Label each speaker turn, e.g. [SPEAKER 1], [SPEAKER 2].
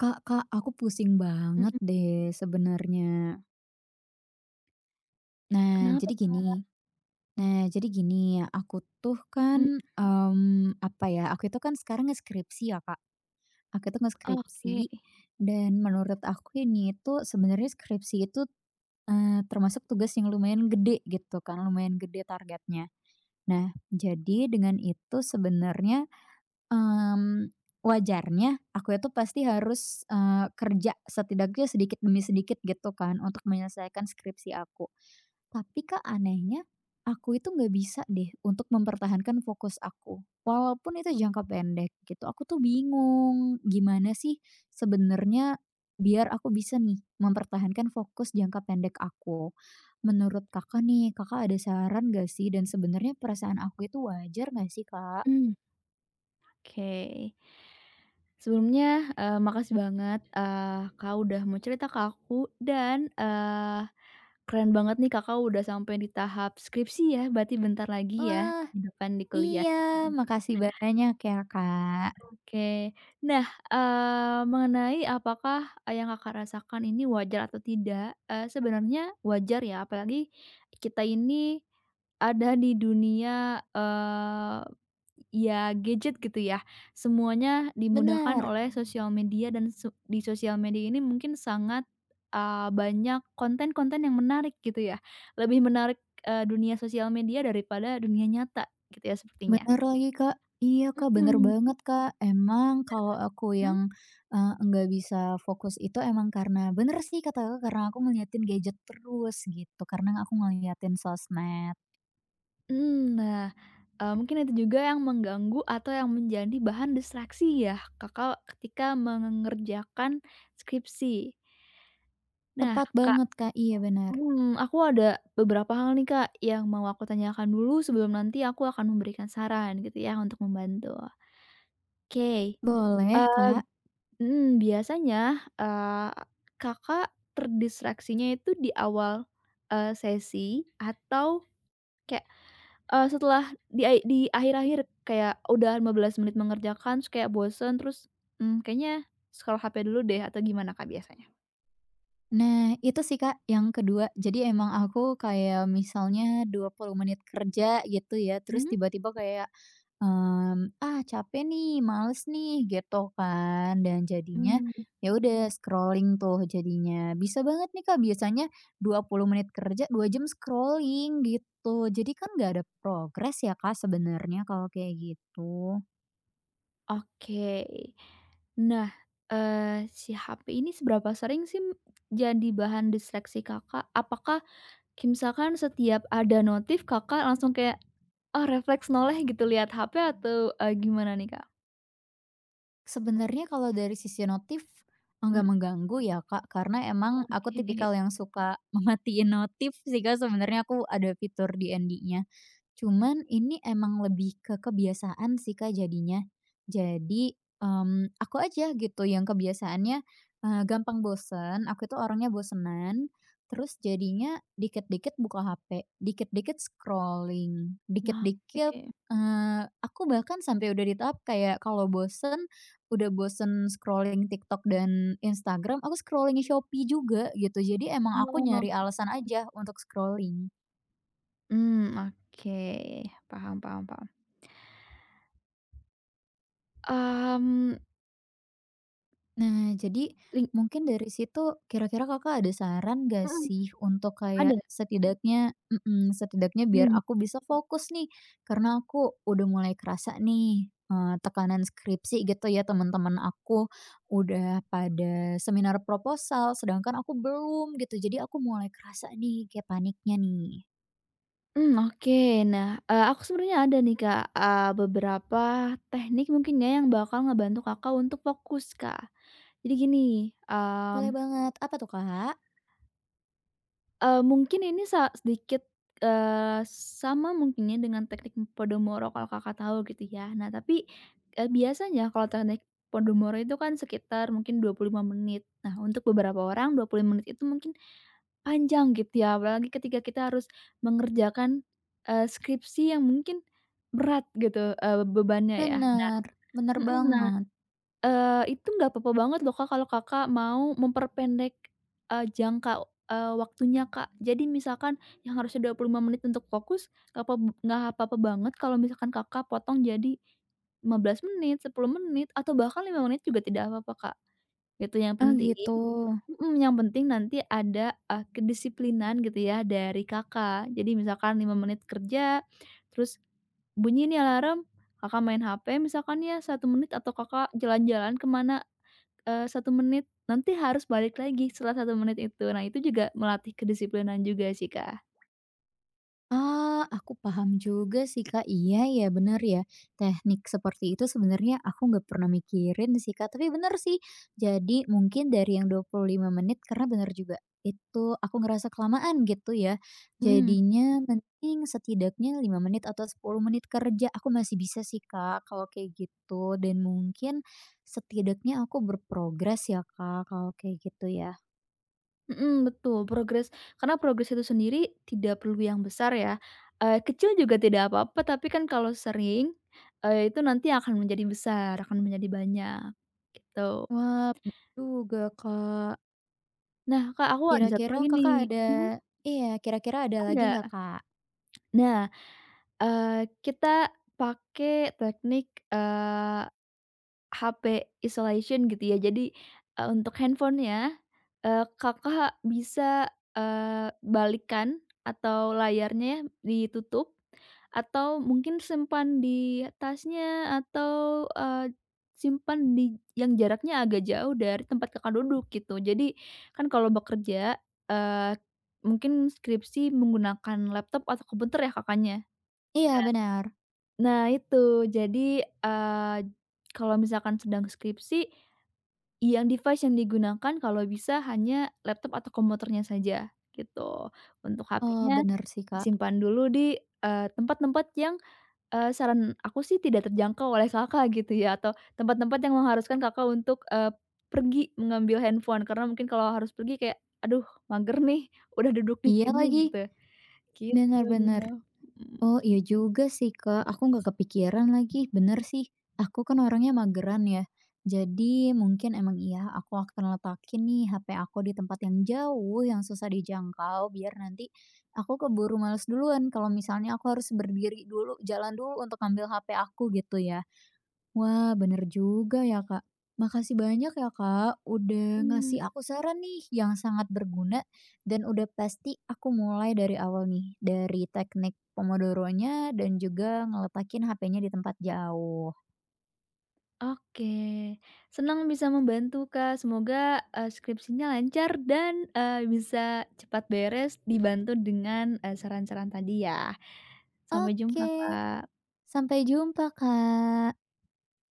[SPEAKER 1] Kak Kak, aku pusing banget
[SPEAKER 2] Mhm,
[SPEAKER 1] deh sebenarnya. Nah,
[SPEAKER 2] kenapa,
[SPEAKER 1] jadi Mhm.
[SPEAKER 2] Kak?
[SPEAKER 1] gini nah, jadi gini, ya. Aku tuh kan,
[SPEAKER 2] Mhm,
[SPEAKER 1] apa ya, aku itu kan sekarang ngeskripsi ya, Kak. Aku itu ngeskripsi,
[SPEAKER 2] oke,
[SPEAKER 1] dan menurut aku ini itu sebenarnya skripsi itu, termasuk tugas yang lumayan gede gitu kan, lumayan gede targetnya. Nah, jadi dengan itu sebenarnya Mmm, wajarnya aku itu pasti harus, kerja setidaknya sedikit demi sedikit gitu kan untuk menyelesaikan skripsi aku. Tapi Kak, anehnya aku itu nggak bisa deh untuk mempertahankan fokus aku, walaupun itu jangka pendek gitu. Aku tuh bingung gimana sih sebenarnya biar aku bisa nih mempertahankan fokus jangka pendek aku. Menurut Kakak nih, Kakak ada saran gak sih? Dan sebenarnya perasaan aku itu wajar nggak sih, Kak?
[SPEAKER 2] mmm, oke. Sebelumnya, makasih banget, Kak, udah mau cerita ke aku. Dan, keren banget nih Kakak udah sampai di tahap skripsi ya, berarti bentar lagi ya, di depan di kuliah.
[SPEAKER 1] Iya,
[SPEAKER 2] Mhm,
[SPEAKER 1] makasih banyak ya, Kak.
[SPEAKER 2] oke. Nah, mengenai apakah yang Kakak rasakan ini wajar atau tidak, sebenarnya wajar ya, apalagi kita ini ada di dunia, ya gadget gitu ya. Semuanya dimudahkan
[SPEAKER 1] Bener,
[SPEAKER 2] oleh sosial media, dan di sosial media ini mungkin sangat, banyak konten-konten yang menarik gitu ya. Lebih menarik, dunia sosial media daripada dunia nyata gitu ya sepertinya.
[SPEAKER 1] bener lagi, Kak. Iya, Kak, bener
[SPEAKER 2] Mhm,
[SPEAKER 1] banget, Kak. Emang kalau aku
[SPEAKER 2] mhm
[SPEAKER 1] yang, enggak bisa fokus itu emang karena bener sih kata Kakak, karena aku ngeliatin gadget terus gitu, karena aku ngeliatin sosmed.
[SPEAKER 2] mhm. Nah, mungkin itu juga yang mengganggu atau yang menjadi bahan distraksi ya Kakak ketika mengerjakan skripsi. Nah,
[SPEAKER 1] Tepat
[SPEAKER 2] Kak
[SPEAKER 1] banget, Kak, iya bener.
[SPEAKER 2] hmm aku ada beberapa hal nih, Kak, yang mau aku tanyakan dulu sebelum nanti aku akan memberikan saran gitu ya untuk membantu. Oke,
[SPEAKER 1] Boleh,
[SPEAKER 2] eee,
[SPEAKER 1] Kak.
[SPEAKER 2] mhm, biasanya, Kakak terdistraksinya itu di awal, sesi atau kayak, setelah di akhir-akhir kayak udah 15 menit mengerjakan terus kayak bosen terus, kayaknya scroll HP dulu deh atau gimana, Kak, biasanya?
[SPEAKER 1] Nah, itu sih, Kak, yang kedua. Jadi emang aku kayak misalnya 20 menit kerja gitu ya, terus tiba-tiba kayak "Ah, capek nih, males nih," gitu kan, dan jadinya
[SPEAKER 2] Mhm.
[SPEAKER 1] ya udah scrolling tuh jadinya. Bisa banget nih, Kak, biasanya 20 menit kerja, 2 jam scrolling gitu. Jadi kan nggak ada progres ya, Kak, sebenarnya kalau kayak gitu.
[SPEAKER 2] Oke. Nah, si HP ini seberapa sering sih jadi bahan distraksi Kakak? Apakah kayak misalkan setiap ada notif Kakak langsung kayak, oh refleks noleh gitu lihat HP, atau, gimana nih, Kak?
[SPEAKER 1] Sebenarnya kalau dari sisi notif
[SPEAKER 2] Mhm,
[SPEAKER 1] nggak mengganggu ya, Kak, karena emang aku
[SPEAKER 2] oke.
[SPEAKER 1] tipikal yang suka mamatiin notif sih, Kak, sebenarnya aku ada fitur di ND-nya. Cuman ini emang lebih ke kebiasaan sih, Kak, jadinya. Jadi, aku aja gitu yang kebiasaannya, gampang bosen, aku itu orangnya bosenan, terus jadinya dikit-dikit buka HP, dikit-dikit scrolling,
[SPEAKER 2] Oke.
[SPEAKER 1] aku bahkan sampai udah di tahap kayak kalau bosen, udah bosen scrolling TikTok dan Instagram, aku scrolling Shopee juga gitu. Jadi emang aku
[SPEAKER 2] Oh,
[SPEAKER 1] nyari alasan aja untuk scrolling.
[SPEAKER 2] oke. Paham, paham, paham. Mmm,
[SPEAKER 1] Nah, jadi
[SPEAKER 2] ling
[SPEAKER 1] mungkin dari situ kira-kira Kakak ada saran gak
[SPEAKER 2] mhm,
[SPEAKER 1] sih untuk
[SPEAKER 2] ada?
[SPEAKER 1] kayak setidaknya setidaknya biar
[SPEAKER 2] Mmm.
[SPEAKER 1] aku bisa fokus nih, karena aku udah mulai kerasa nih, tekanan skripsi gitu ya, teman-teman aku udah pada seminar proposal, sedangkan aku belum gitu, jadi aku mulai kerasa nih kayak paniknya nih.
[SPEAKER 2] Mmm, oke. Nah, aku sebenarnya ada nih, Kak, beberapa teknik mungkin ya yang bakal ngebantu Kakak untuk fokus, Kak. Jadi gini, mmm,
[SPEAKER 1] Boleh banget, apa tuh, Kak?
[SPEAKER 2] mungkin ini sedikit, sama mungkinnya dengan teknik Pomodoro kalau Kakak tahu gitu ya. Nah, tapi, biasanya kalau teknik Pomodoro itu kan sekitar mungkin 25 menit. Nah, untuk beberapa orang 25 menit itu mungkin panjang gitu ya, apalagi ketika kita harus mengerjakan, skripsi yang mungkin berat gitu, bebannya ya. Nah
[SPEAKER 1] Bener, bener
[SPEAKER 2] mhm, nah,
[SPEAKER 1] banget.
[SPEAKER 2] itu nggak papa banget loh, Kak, kalau Kakak mau memperpendek, jangka, waktunya, Kak. Jadi misalkan yang harusnya 25 menit untuk fokus, nggak pap nggak papa banget kalau misalkan Kakak potong jadi 15 menit, 10 menit, atau bahkan 5 menit juga tidak apa-apa, Kak. Itu yang
[SPEAKER 1] Ah,
[SPEAKER 2] penting
[SPEAKER 1] gitu.
[SPEAKER 2] mhm, yang penting nanti ada, kedisiplinan gitu ya dari Kakak. Jadi misalkan 5 menit kerja, terus bunyi nih alarm, Kakak main HP misalkan ya 1 menit, atau Kakak jalan-jalan ke mana, 1 menit, nanti harus balik lagi setelah 1 menit itu. Nah, itu juga melatih kedisiplinan juga sih, Kak.
[SPEAKER 1] Ah, aku paham juga sih, Kak, iya ya benar ya, teknik seperti itu sebenarnya aku nggak pernah mikirin sih, Kak, tapi benar sih, jadi mungkin dari yang 25 menit karena benar juga, itu aku ngerasa kelamaan gitu ya,
[SPEAKER 2] Mhm.
[SPEAKER 1] jadinya mending setidaknya 5 menit atau 10 menit kerja, aku masih bisa sih, Kak, kalau kayak gitu, dan mungkin setidaknya aku berprogres ya, Kak, kalau kayak gitu ya.
[SPEAKER 2] Mhm, betul, progres karena progres itu sendiri tidak perlu yang besar ya, kecil juga tidak apa-apa, tapi kan kalau sering, itu nanti akan menjadi besar, akan menjadi banyak, gitu.
[SPEAKER 1] Wah, bener juga, Kak.
[SPEAKER 2] Nah, Kak, aku ada satu
[SPEAKER 1] Kira-kira
[SPEAKER 2] lagi nih.
[SPEAKER 1] Kakak ada
[SPEAKER 2] Mhm.
[SPEAKER 1] Iya, kira-kira ada lagi nggak,
[SPEAKER 2] Ada,
[SPEAKER 1] Kak?
[SPEAKER 2] nah, eee, kita pakai teknik, eee, HP isolation gitu ya. Jadi, untuk handphonenya, Kakak bisa, balikan atau layarnya ya ditutup. Atau mungkin simpan di tasnya, atau, simpan di yang jaraknya agak jauh dari tempat Kakak duduk gitu. Jadi kan kalau bekerja, eee, mungkin skripsi menggunakan laptop atau komputer ya Kakaknya?
[SPEAKER 1] Iya, benar.
[SPEAKER 2] Nah itu, jadi, kalau misalkan sedang skripsi, yang device yang digunakan kalau bisa hanya laptop atau komputernya saja gitu. Untuk
[SPEAKER 1] Oh,
[SPEAKER 2] HP-nya
[SPEAKER 1] benar sih, Kak.
[SPEAKER 2] disimpan dulu di, tempat-tempat yang saran aku sih tidak terjangkau oleh Kakak gitu ya, atau tempat-tempat yang mengharuskan Kakak untuk, pergi mengambil handphone, karena mungkin kalau harus pergi kayak, "Aduh, mager nih, udah duduk di
[SPEAKER 1] Iya
[SPEAKER 2] sini,"
[SPEAKER 1] lagi,
[SPEAKER 2] gitu. Gitu,
[SPEAKER 1] benar benar. Oh, iya juga sih, Kak, aku nggak kepikiran lagi, bener sih. Aku kan orangnya mageran ya, jadi mungkin emang iya aku akan letakin nih HP aku di tempat yang jauh, yang susah dijangkau, biar nanti aku keburu males duluan kalau misalnya aku harus berdiri dulu, jalan dulu untuk ngambil HP aku, gitu ya. Wah, bener juga ya, Kak. Makasih banyak ya, Kak, udah
[SPEAKER 2] mhm,
[SPEAKER 1] ngasih aku saran nih yang sangat berguna dan udah pasti aku mulai dari awal nih, dari teknik Pomodoro-nya dan juga ngeletakin HP-nya di tempat jauh.
[SPEAKER 2] oke. Senang bisa membantu, Kak, semoga, skripsinya lancar dan, bisa cepat beres dibantu dengan, saran-saran tadi ya. Sampai jumpa,
[SPEAKER 1] Oke,
[SPEAKER 2] Kak.
[SPEAKER 1] sampai jumpa, Kak.